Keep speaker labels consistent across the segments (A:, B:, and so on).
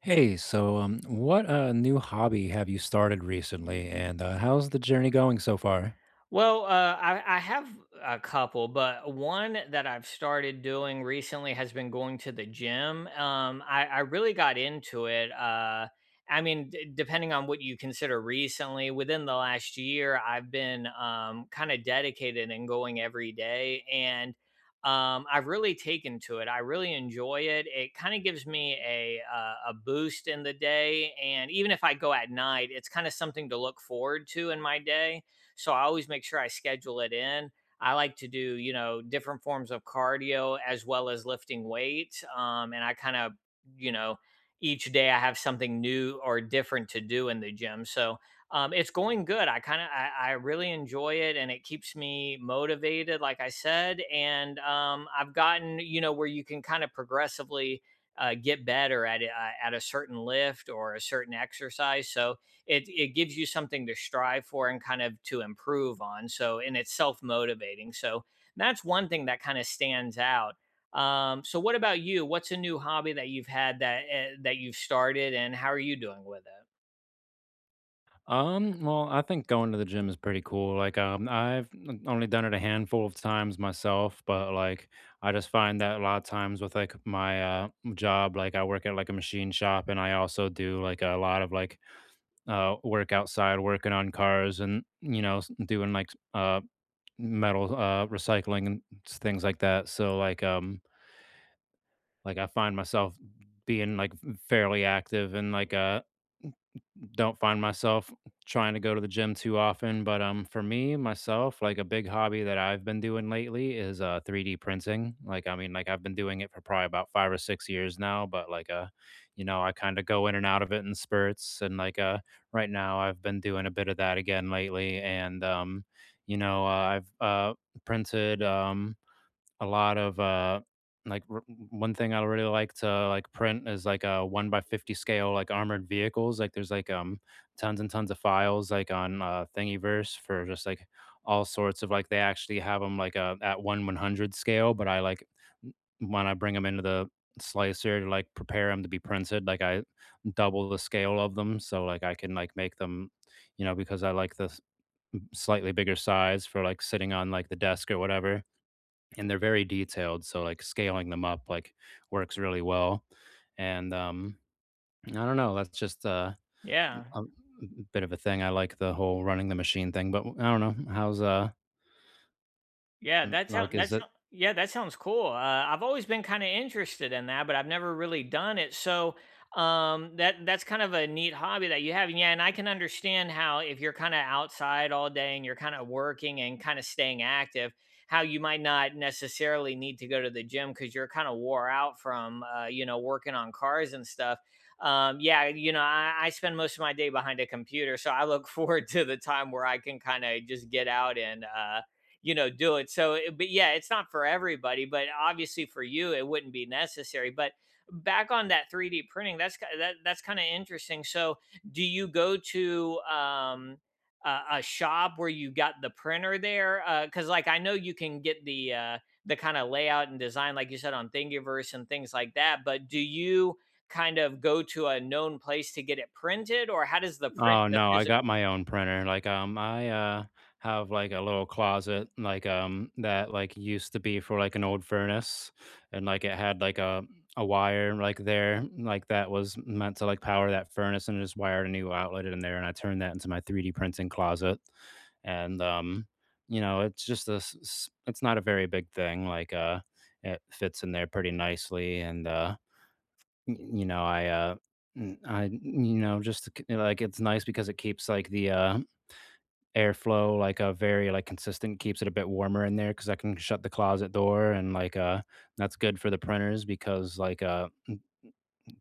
A: Hey, so what new hobby have you started recently, and how's the journey going so far?
B: Well, I have a couple, but one that I've started doing recently has been going to the gym. I really got into it. I mean, depending on what you consider recently, within the last year, I've been kind of dedicated and going every day. And I've really taken to it. I really enjoy it. It kind of gives me a boost in the day. And even if I go at night, it's kind of something to look forward to in my day, so I always make sure I schedule it in. I like to do, you know, different forms of cardio as well as lifting weights. And I kind of, you know, each day I have something new or different to do in the gym. So it's going good. I kind of, I really enjoy it and it keeps me motivated, like I said. And I've gotten, you know, where you can kind of progressively get better at it, at a certain lift or a certain exercise. So it gives you something to strive for and kind of to improve on. So, and it's self motivating. So that's one thing that kind of stands out. So what about you? What's a new hobby that you've had that you've started, and how are you doing with it?
A: Well, I think going to the gym is pretty cool. Like, I've only done it a handful of times myself, but like, I just find that a lot of times with like my job, like I work at like a machine shop, and I also do like a lot of like work outside, working on cars, and you know, doing like metal recycling and things like that. So, like, I find myself being, like, fairly active and, like, don't find myself trying to go to the gym too often, but, for me, myself, like, a big hobby that I've been doing lately is, 3D printing. Like, I mean, like, I've been doing it for probably about 5 or 6 years now, but, like, I kinda go in and out of it in spurts, and, like, right now, I've been doing a bit of that again lately, and, I've, printed, a lot of, like, r one thing I really like to, like, print is, like, a 1 by 50 scale, like, armored vehicles, like, there's, like, tons and tons of files, like, on, Thingiverse for just, like, all sorts of, like they actually have them like, at 1/100 scale, but I, like, w when I bring them into the slicer to, like, prepare them to be printed, like, I double the scale of them so, like, I can, like, make them, you know, because I like the s slightly bigger size for, like, sitting on, like, the desk or whatever, and they're very detailed. So like scaling them up like works really well. And I don't know. That's just
B: Yeah.
A: a bit of a thing. I like the whole running the machine thing, but I don't know. How's
B: Yeah, that sounds.
A: like, is
B: That's,
A: it?
B: yeah, that sounds cool. I've always been kind of interested in that, but I've never really done it. So That that's kind of a neat hobby that you have. And yeah, and I can understand how if you're kind of outside all day and you're kind of working and kind of staying active, how you might not necessarily need to go to the gym because you're kind of wore out from you know, working on cars and stuff. Yeah, you know, I spend most of my day behind a computer, so I look forward to the time where I can kind of just get out and you know, do it. So it, but yeah, it's not for everybody, but obviously for you it wouldn't be necessary. But back on that 3D printing, that's that's kind of interesting. So do you go to a shop where you got the printer there? Because like, I know you can get the kind of layout and design, like you said, on thingiverse and things like that, but do you kind of go to a known place to get it printed, or how does the print,
A: Oh,
B: the
A: no, I got
B: physical.
A: my own printer. Like, I have like a little closet, like that like used to be for like an old furnace, and like it had like a wire like there, like that was meant to like power that furnace, and just wired a new outlet in there, and I turned that into my 3D printing closet, and you know, it's just this. It's not a very big thing. Like, it fits in there pretty nicely, and Y you know, I just c like, it's nice because it keeps, like, the, airflow, like, very, like, consistent, keeps it a bit warmer in there because I can shut the closet door, and, like, that's good for the printers because, like,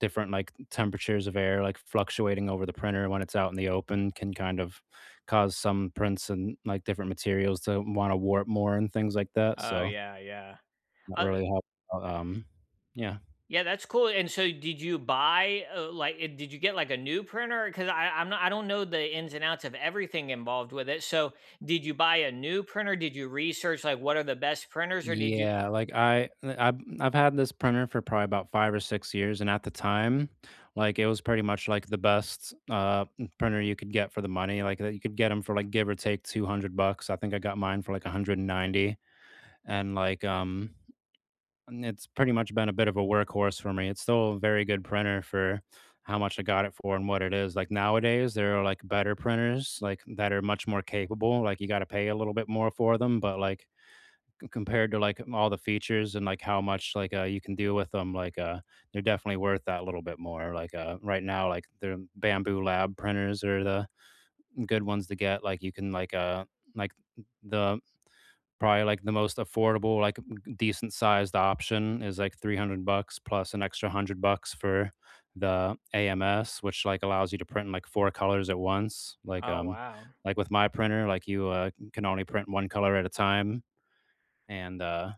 A: different, like, temperatures of air, like, fluctuating over the printer when it's out in the open can kind of cause some prints and, like, different materials to wanna warp more and things like that,
B: Oh
A: so
B: yeah, yeah.
A: that really helps out, yeah.
B: Yeah, that's cool. And so did you buy, like eh, did you get, like, a new printer? 'Cause I I'm not I don't know the ins and outs of everything involved with it. So did you buy a new printer? Did you research, like, what are the best printers, or did you.
A: Yeah, like I've had this printer for probably about 5 or 6 years, and at the time, like, it was pretty much, like, the best, printer you could get for the money, like, that you could get them for, like, give or take 200 bucks. I think I got mine for, like, 190, and, like, and it's pretty much been a bit of a workhorse for me. It's still a very good printer for how much I got it for and what it is. Like, nowadays, there are, like, better printers, like, that are much more capable, like, you gotta pay a little bit more for them, but, like, compared to, like, all the features and, like, how much, like, you can do with them, like, they're definitely worth that little bit more, like, right now, like, the Bamboo Lab printers are the good ones to get, like, you can, like, the probably, like, the most affordable, like, decent sized option is, like, 300 bucks plus an extra 100 bucks for the AMS, which, like, allows you to print in, like, 4 colors at once, like,
B: Oh, wow.
A: with my printer, like, you, can only print 1 color at a time, and,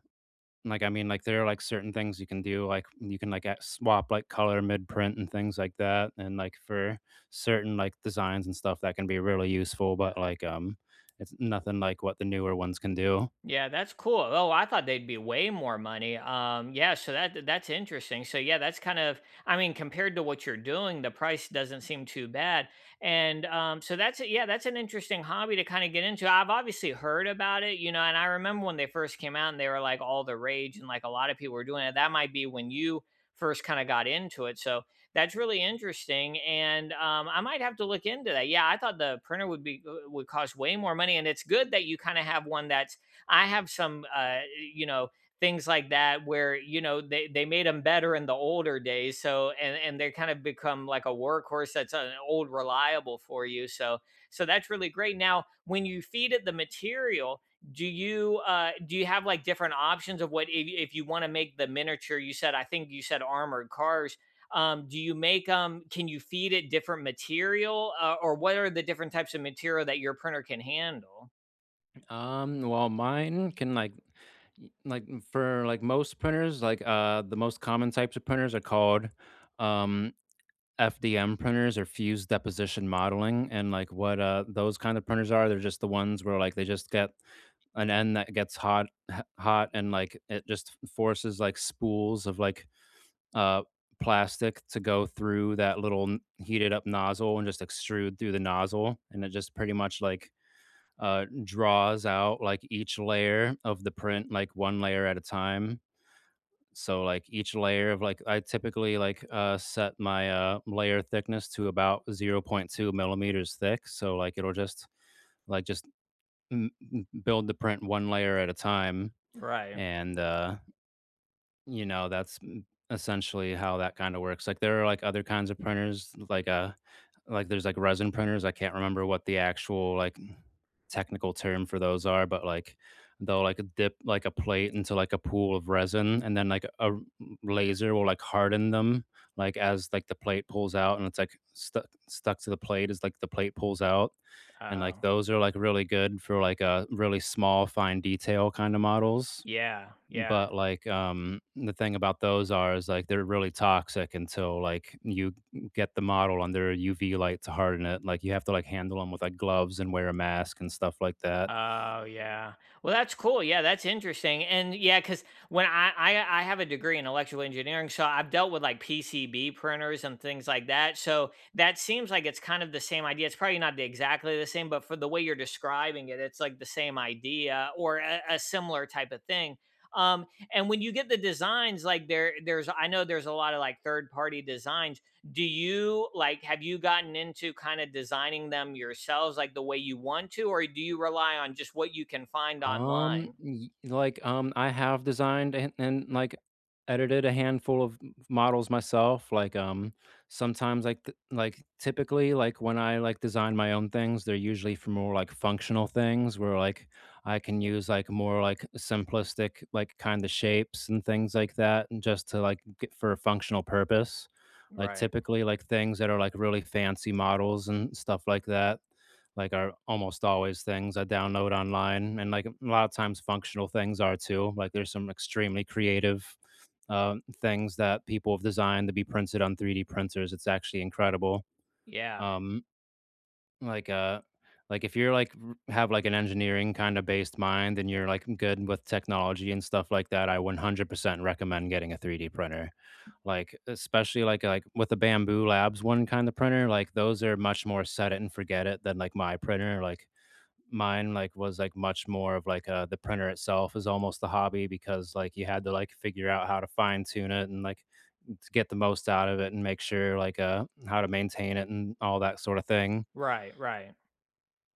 A: like, I mean, like, there are, like, certain things you can do, like, you can, like, at swap, like, color mid-print and things like that, and, like, for certain, like, designs and stuff that can be really useful, but, like, it's nothing like what the newer ones can do.
B: Yeah, that's cool. Oh, I thought they'd be way more money. Yeah, so that that's interesting. So yeah, that's kind of, I mean, compared to what you're doing, the price doesn't seem too bad. And so that's, yeah, that's an interesting hobby to kind of get into. I've obviously heard about it, you know, and I remember when they first came out and they were like all the rage and like a lot of people were doing it. That might be when you first kind of got into it. So that's really interesting, and I might have to look into that. Yeah, I thought the printer would be would cost way more money, and it's good that you kind of have one that's. I have some, you know, things like that where you know they made them better in the older days. So and they kind of become like a workhorse, that's an old reliable for you. So so that's really great. Now when you feed it the material, do you have like different options of what, if you want to make the miniature, you said, I think you said armored cars. Do you make, um, can you feed it different material, or what are the different types of material that your printer can handle?
A: Well, mine can, like, for, like, most printers, like, the most common types of printers are called, um FDM printers, or fused deposition modeling, and like what those kind of printers are. They're just the ones where like they just get an end that gets hot, hot, and like it just forces like spools of like uh plastic to go through that little heated up nozzle and just extrude through the nozzle, and it just pretty much like draws out like each layer of the print like one layer at a time. So like each layer of like I typically like set my layer thickness to about zero point 0.2 millimeters thick, so like it'll just like just build the print one layer at a time.
B: Right.
A: And you know, that's m essentially how that kinda works. Like, there are, like, other kinds of printers, like, there's, like, resin printers. I can't remember what the actual, like, technical term for those are, but, like, they'll, like, dip, like, a plate into, like, a pool of resin, and then, like, a r laser will, like, harden them, like, as, like, the plate pulls out, and it's, like, stuck to the plate as, like, the plate pulls out, and, like, those are, like, really good for, like, a really small, fine detail kinda models.
B: Yeah, yeah.
A: But like the thing about those are is like they're really toxic until like you get the model under a UV light to harden it, like you have to like handle them with like gloves and wear a mask and stuff like that.
B: Oh, yeah. Well, that's cool. Yeah, that's interesting. And yeah, because when I have a degree in electrical engineering, so I've dealt with like PCB printers and things like that. So that seems like it's kind of the same idea. It's probably not the- exactly the same, but for the way you're describing it, it's like the same idea or a similar type of thing. Um, and when you get the designs, like there's I know there's a lot of like third party designs. Do you like, have you gotten into kind of designing them yourselves, like the way you want to, or do you rely on just what you can find online?
A: Y like, I have designed and, like, edited a handful of m models myself, like, sometimes, like, th like, typically, like, when I, like, design my own things, they're usually for more, like, functional things where, like, I can use, like, more, like, simplistic, like, kinda shapes and things like that, and just to, like, get for a functional purpose. Like,
B: Right.
A: typically, like, things that are, like, really fancy models and stuff like that, like are almost always things I download online, and like a lot of times functional things are too. Like there's some extremely creative uh, things that people have designed to be printed on 3D printers. It's actually incredible.
B: Yeah.
A: Um, like like if you're like have like an engineering kind of based mind and you're like good with technology and stuff like that, I 100% recommend getting a 3D printer. Like especially like with the Bamboo Labs one kind of printer, like those are much more set it and forget it than like my printer. Like mine like was like much more of like the printer itself is almost the hobby, because like you had to like figure out how to fine tune it, and like to get the most out of it and make sure like how to maintain it and all that sort of thing.
B: Right. Right.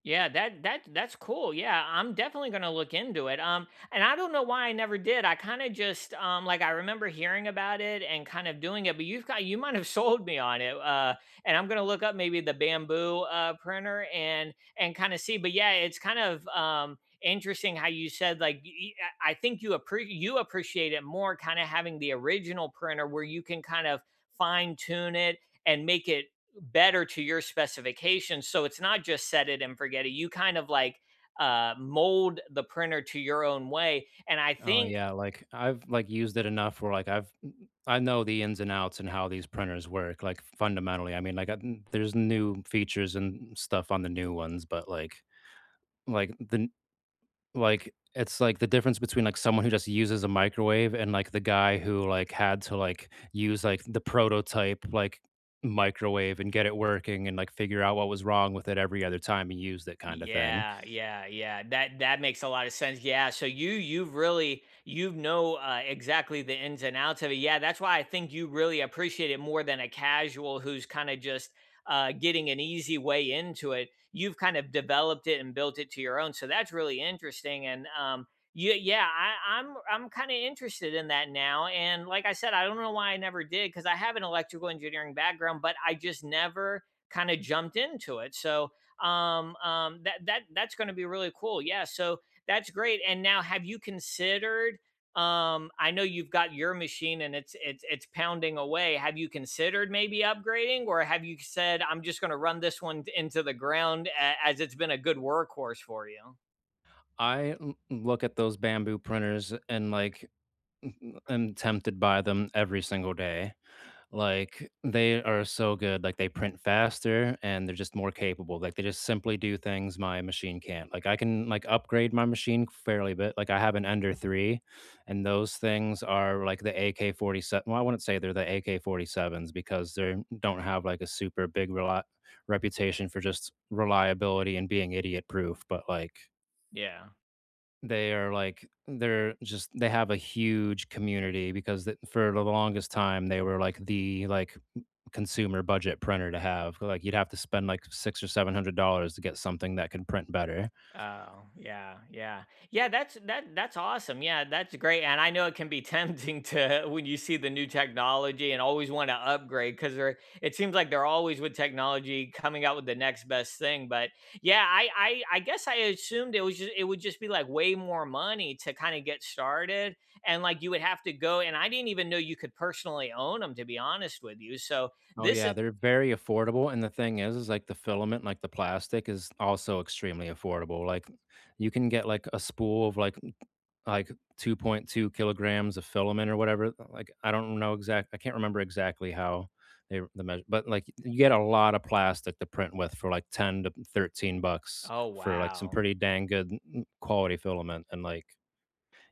B: Yeah, that that's cool. Yeah, I'm definitely gonna look into it. And I don't know why I never did. I kind of just like I remember hearing about it and kind of doing it, but you might have sold me on it. And I'm gonna look up maybe the bamboo printer and kind of see. But yeah, it's kind of interesting how you said, like, I think you appre you appreciate it more kind of having the original printer where you can kind of fine tune it and make it better to your specifications. So it's not just set it and forget it. You kind of like mold the printer to your own way. And I
A: Oh
B: think.
A: yeah, like I've like used it enough where like I know the ins and outs and how these printers work like fundamentally. I mean like there's new features and stuff on the new ones, but like the Like, it's like the difference between, like, someone who just uses a microwave and, like, the guy who, like, had to, like, use, like, the prototype, like, microwave and get it working and, like, figure out what was wrong with it every other time he used it kinda thing.
B: Yeah. That that makes a lot of sense. Yeah. So you have really, you know, exactly the ins and outs of it. Yeah, that's why I think you really appreciate it more than a casual who's kind of just getting an easy way into it. You've kind of developed it and built it to your own. So that's really interesting. And yeah, I'm kind of interested in that now. And like I said, I don't know why I never did, because I have an electrical engineering background, but I just never kind of jumped into it. So that's going to be really cool. Yeah, so that's great. And now, have you considered? I know you've got your machine and it's pounding away. Have you considered maybe upgrading, or have you said I'm just going to run this one into the ground, as it's been a good workhorse for you?
A: I l look at those Bamboo printers and, like, am tempted by them every single day. Like, they are so good, like, they print faster and they're just more capable, like, they just simply do things my machine can't. Like, I can, like, upgrade my machine fairly bit, like, I have an Ender 3, and those things are like the AK-47, well, I wouldn't say they're the AK-47s because they don't have, like, a super big reli reputation for just reliability and being idiot proof, but, like
B: Yeah.
A: they are like they're just, they have a huge community because th for the longest time, they were, like, the, like, consumer budget printer to have. Like, you'd have to spend, like, 6 or $700 to get something that could print better.
B: Oh, yeah, yeah. Yeah, that's awesome. Yeah, that's great. And I know it can be tempting to, when you see the new technology and always want to upgrade, because they're it seems like they're always with technology coming out with the next best thing. But yeah, I guess I assumed it was just, it would just be like way more money to kind of get started. And like you would have to go, and I didn't even know you could personally own them, to be honest with you. So
A: Oh,
B: this
A: yeah,
B: is,
A: they're very affordable, and the thing is, like, the filament, like, the plastic is also extremely affordable, like, you can get, like, a spool of, like, like 2.2 kilograms of filament or whatever. Like I don't know exact. I can't remember exactly how the measure, but like you get a lot of plastic to print with for like 10 to 13 bucks
B: oh
A: for like some
B: wow.
A: pretty dang good quality filament, and like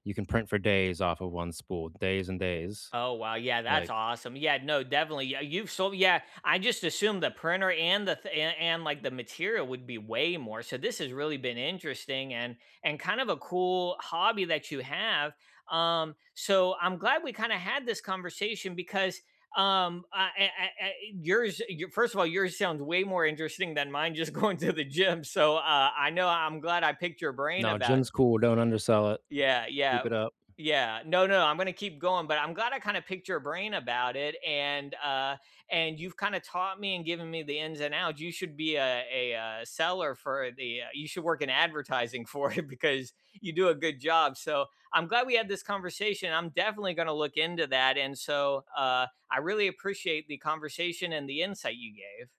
A: you can print for days off of one spool, days and days.
B: Oh wow, yeah, that's
A: Like,
B: awesome. Yeah, no, definitely. Yeah, you've sold. Yeah, I just assumed the printer and the and like the material would be way more. So this has really been interesting and kind of a cool hobby that you have. So I'm glad we kind of had this conversation, because um, I, I, first of all, yours sounds way more interesting than mine. Just going to the gym. So I know I'm glad I picked your brain
A: no,
B: about,
A: Jim's cool. Don't undersell it.
B: yeah,
A: Keep
B: yeah.
A: it up.
B: Yeah. No, no, I'm gonna keep going, but I'm glad I kinda picked your brain about it. And, and you've kinda taught me and given me the ins and outs. You should be a seller for the, uh, you should work in advertising for it because you do a good job. So I'm glad we had this conversation. I'm definitely gonna look into that. And so, I really appreciate the conversation and the insight you gave.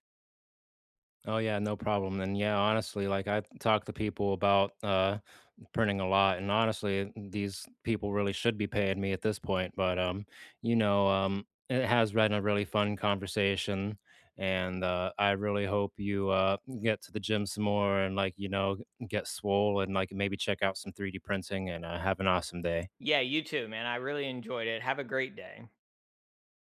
A: Oh yeah, no problem. And yeah, honestly, like I talk to people about printing a lot, and honestly, these people really should be paying me at this point, but it has been a really fun conversation, and I really hope you get to the gym some more, and like, get swole, and like maybe check out some 3D printing and, have an awesome day.
B: Yeah, you too, man. I really enjoyed it. Have a great day.